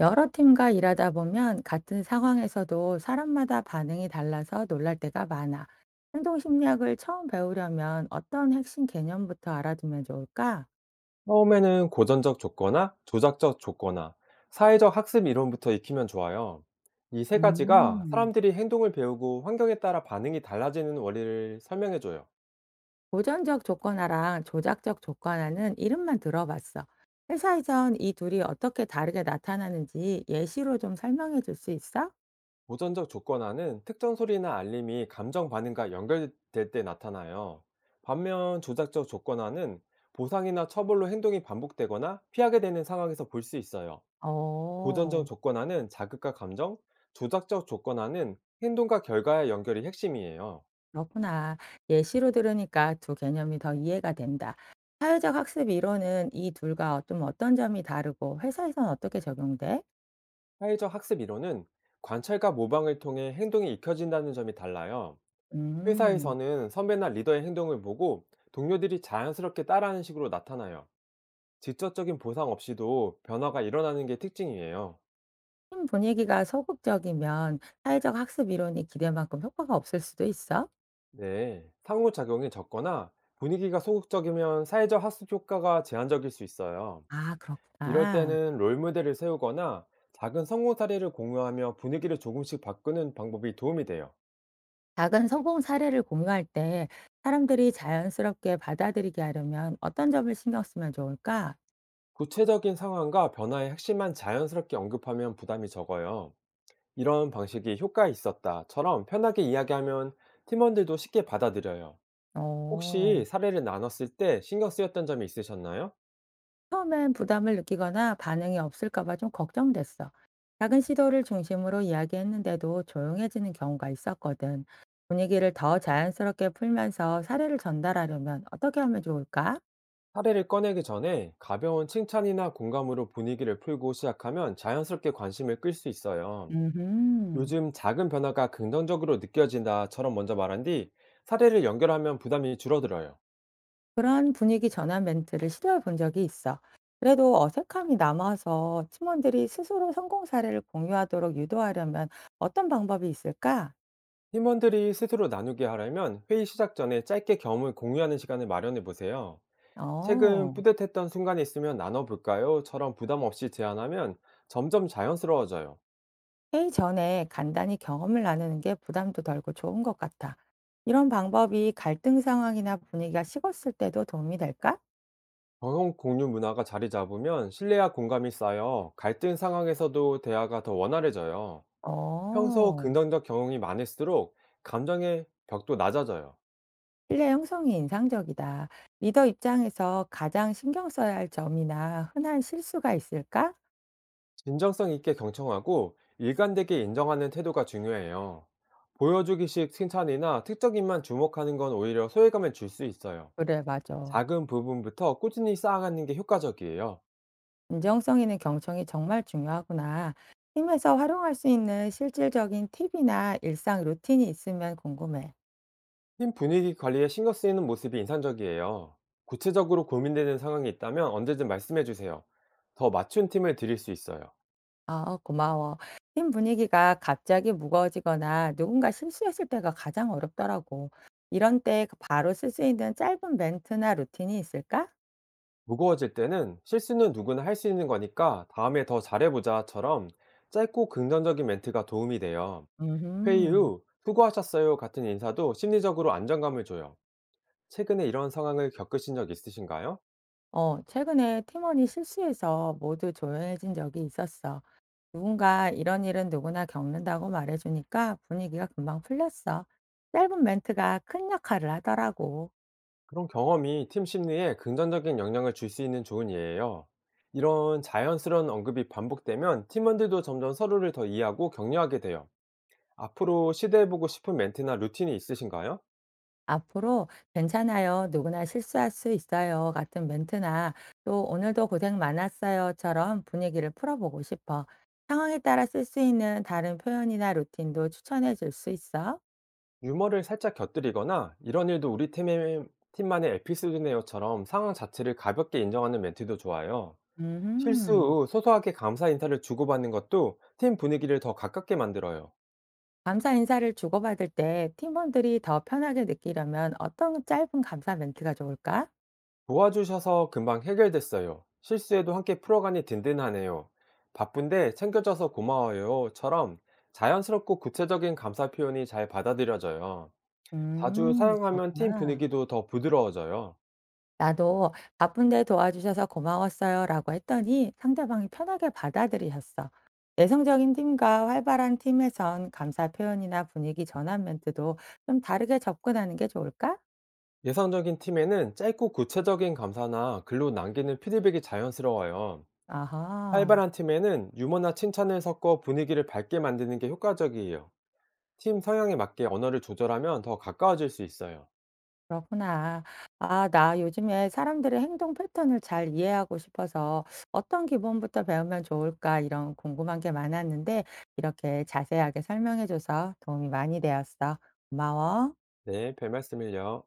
여러 팀과 일하다 보면 같은 상황에서도 사람마다 반응이 달라서 놀랄 때가 많아. 행동 심리학을 처음 배우려면 어떤 핵심 개념부터 알아두면 좋을까? 처음에는 고전적 조거나 조작적 조거나 사회적 학습 이론부터 익히면 좋아요. 이 세 가지가 음, 사람들이 행동을 배우고 환경에 따라 반응이 달라지는 원리를 설명해줘요. 보전적 조건화랑 조작적 조건화는 이름만 들어봤어. 회사에선 이 둘이 어떻게 다르게 나타나는지 예시로 좀 설명해 줄 수 있어? 고전적 조건화는 특정 소리나 알림이 감정 반응과 연결될 때 나타나요. 반면 조작적 조건화는 보상이나 처벌로 행동이 반복되거나 피하게 되는 상황에서 볼 수 있어요. 고전적 어. 조건화는 자극과 감정, 조작적 조건화는 행동과 결과의 연결이 핵심이에요. 그렇구나. 예시로 들으니까 두 개념이 더 이해가 된다. 사회적 학습 이론은 이 둘과 좀 어떤 점이 다르고 회사에선 어떻게 적용돼? 사회적 학습 이론은 관찰과 모방을 통해 행동이 익혀진다는 점이 달라요. 음, 회사에서는 선배나 리더의 행동을 보고 동료들이 자연스럽게 따라하는 식으로 나타나요. 직접적인 보상 없이도 변화가 일어나는 게 특징이에요. 팀 분위기가 소극적이면 사회적 학습 이론이 기대만큼 효과가 없을 수도 있어? 네. 상호작용이 적거나 분위기가 소극적이면 사회적 학습 효과가 제한적일 수 있어요. 아, 이럴 그렇구나. 때는 롤모델을 세우거나 작은 성공 사례를 공유하며 분위기를 조금씩 바꾸는 방법이 도움이 돼요. 작은 성공 사례를 공유할 때 사람들이 자연스럽게 받아들이게 하려면 어떤 점을 신경 쓰면 좋을까? 구체적인 상황과 변화의 핵심만 자연스럽게 언급하면 부담이 적어요. "이런 방식이 효과 있었다처럼 편하게 이야기하면 팀원들도 쉽게 받아들여요. 혹시 어. 사례를 나눴을 때 신경 쓰였던 점이 있으셨나요? 처음엔 부담을 느끼거나 반응이 없을까 봐 좀 걱정됐어. 작은 시도를 중심으로 이야기했는데도 조용해지는 경우가 있었거든. 분위기를 더 자연스럽게 풀면서 사례를 전달하려면 어떻게 하면 좋을까? 사례를 꺼내기 전에 가벼운 칭찬이나 공감으로 분위기를 풀고 시작하면 자연스럽게 관심을 끌 수 있어요. 음, "요즘 작은 변화가 긍정적으로 느껴진다처럼 먼저 말한 뒤 사례를 연결하면 부담이 줄어들어요. 그런 분위기 전환 멘트를 시도해 본 적이 있어. 그래도 어색함이 남아서 팀원들이 스스로 성공 사례를 공유하도록 유도하려면 어떤 방법이 있을까? 팀원들이 스스로 나누게 하려면 회의 시작 전에 짧게 경험을 공유하는 시간을 마련해 보세요. "최근 어. 뿌듯했던 순간이 있으면 나눠볼까요?"처럼 부담 없이 제안하면 점점 자연스러워져요. 회의 전에 간단히 경험을 나누는 게 부담도 덜고 좋은 것 같아. 이런 방법이 갈등 상황이나 분위기가 식었을 때도 도움이 될까? 경험 공유 문화가 자리 잡으면 신뢰와 공감이 쌓여 갈등 상황에서도 대화가 더 원활해져요. 평소 어, 긍정적 경험이 많을수록 감정의 벽도 낮아져요. 신뢰 형성이 인상적이다. 리더 입장에서 가장 신경 써야 할 점이나 흔한 실수가 있을까? 진정성 있게 경청하고 일관되게 인정하는 태도가 중요해요. 보여주기식 칭찬이나 특정인만 주목하는 건 오히려 소외감을 줄 수 있어요. 그래, 맞아. 작은 부분부터 꾸준히 쌓아가는 게 효과적이에요. 진정성 있는 경청이 정말 중요하구나. 팀에서 활용할 수 있는 실질적인 팁이나 일상 루틴이 있으면 궁금해. 팀 분위기 관리에 신경 쓰이는 모습이 인상적이에요. 구체적으로 고민되는 상황이 있다면 언제든 말씀해 주세요. 더 맞춘 팀을 드릴 수 있어요. 아, 고마워. 팀 분위기가 갑자기 무거워지거나 누군가 실수했을 때가 가장 어렵더라고. 이런 때 바로 쓸 수 있는 짧은 멘트나 루틴이 있을까? 무거워질 때는 "실수는 누구나 할 수 있는 거니까 다음에 더 잘해보자처럼 짧고 긍정적인 멘트가 도움이 돼요. "회의 음, 후 수고하셨어요" 같은 인사도 심리적으로 안정감을 줘요. 최근에 이런 상황을 겪으신 적 있으신가요? 어, 최근에 팀원이 실수해서 모두 조용해진 적이 있었어. 누군가 이런 일은 누구나 겪는다고 말해주니까 분위기가 금방 풀렸어. 짧은 멘트가 큰 역할을 하더라고. 그런 경험이 팀 심리에 긍정적인 영향을 줄 수 있는 좋은 예예요. 이런 자연스러운 언급이 반복되면 팀원들도 점점 서로를 더 이해하고 격려하게 돼요. 앞으로 시도해보고 싶은 멘트나 루틴이 있으신가요? 앞으로 "괜찮아요. 누구나 실수할 수 있어요." 같은 멘트나 또 "오늘도 고생 많았어요."처럼 분위기를 풀어보고 싶어. 상황에 따라 쓸 수 있는 다른 표현이나 루틴도 추천해 줄 수 있어? 유머를 살짝 곁들이거나 이런 일도 우리 팀만의 에피소드네요처럼 상황 자체를 가볍게 인정하는 멘트도 좋아요. 실수 음. 후 소소하게 감사 인사를 주고받는 것도 팀 분위기를 더 가깝게 만들어요. 감사 인사를 주고받을 때 팀원들이 더 편하게 느끼려면 어떤 짧은 감사 멘트가 좋을까? "도와주셔서 금방 해결됐어요. 실수에도 함께 풀어가니 든든하네요. 바쁜데 챙겨줘서 고마워요."처럼 자연스럽고 구체적인 감사 표현이 잘 받아들여져요. 자주 음. 사용하면 팀 그렇구나. 분위기도 더 부드러워져요. 나도 바쁜데 도와주셔서 고마웠어요라고 했더니 상대방이 편하게 받아들이셨어. 내성적인 팀과 활발한 팀에선 감사 표현이나 분위기 전환 멘트도 좀 다르게 접근하는 게 좋을까? 예상적인 팀에는 짧고 구체적인 감사나 글로 남기는 피드백이 자연스러워요. 아하, 활발한 팀에는 유머나 칭찬을 섞어 분위기를 밝게 만드는 게 효과적이에요. 팀 성향에 맞게 언어를 조절하면 더 가까워질 수 있어요. 그렇구나. 아, 나 요즘에 사람들의 행동 패턴을 잘 이해하고 싶어서 어떤 기본부터 배우면 좋을까 이런 궁금한 게 많았는데 이렇게 자세하게 설명해줘서 도움이 많이 되었어. 고마워. 네, 별 말씀을요.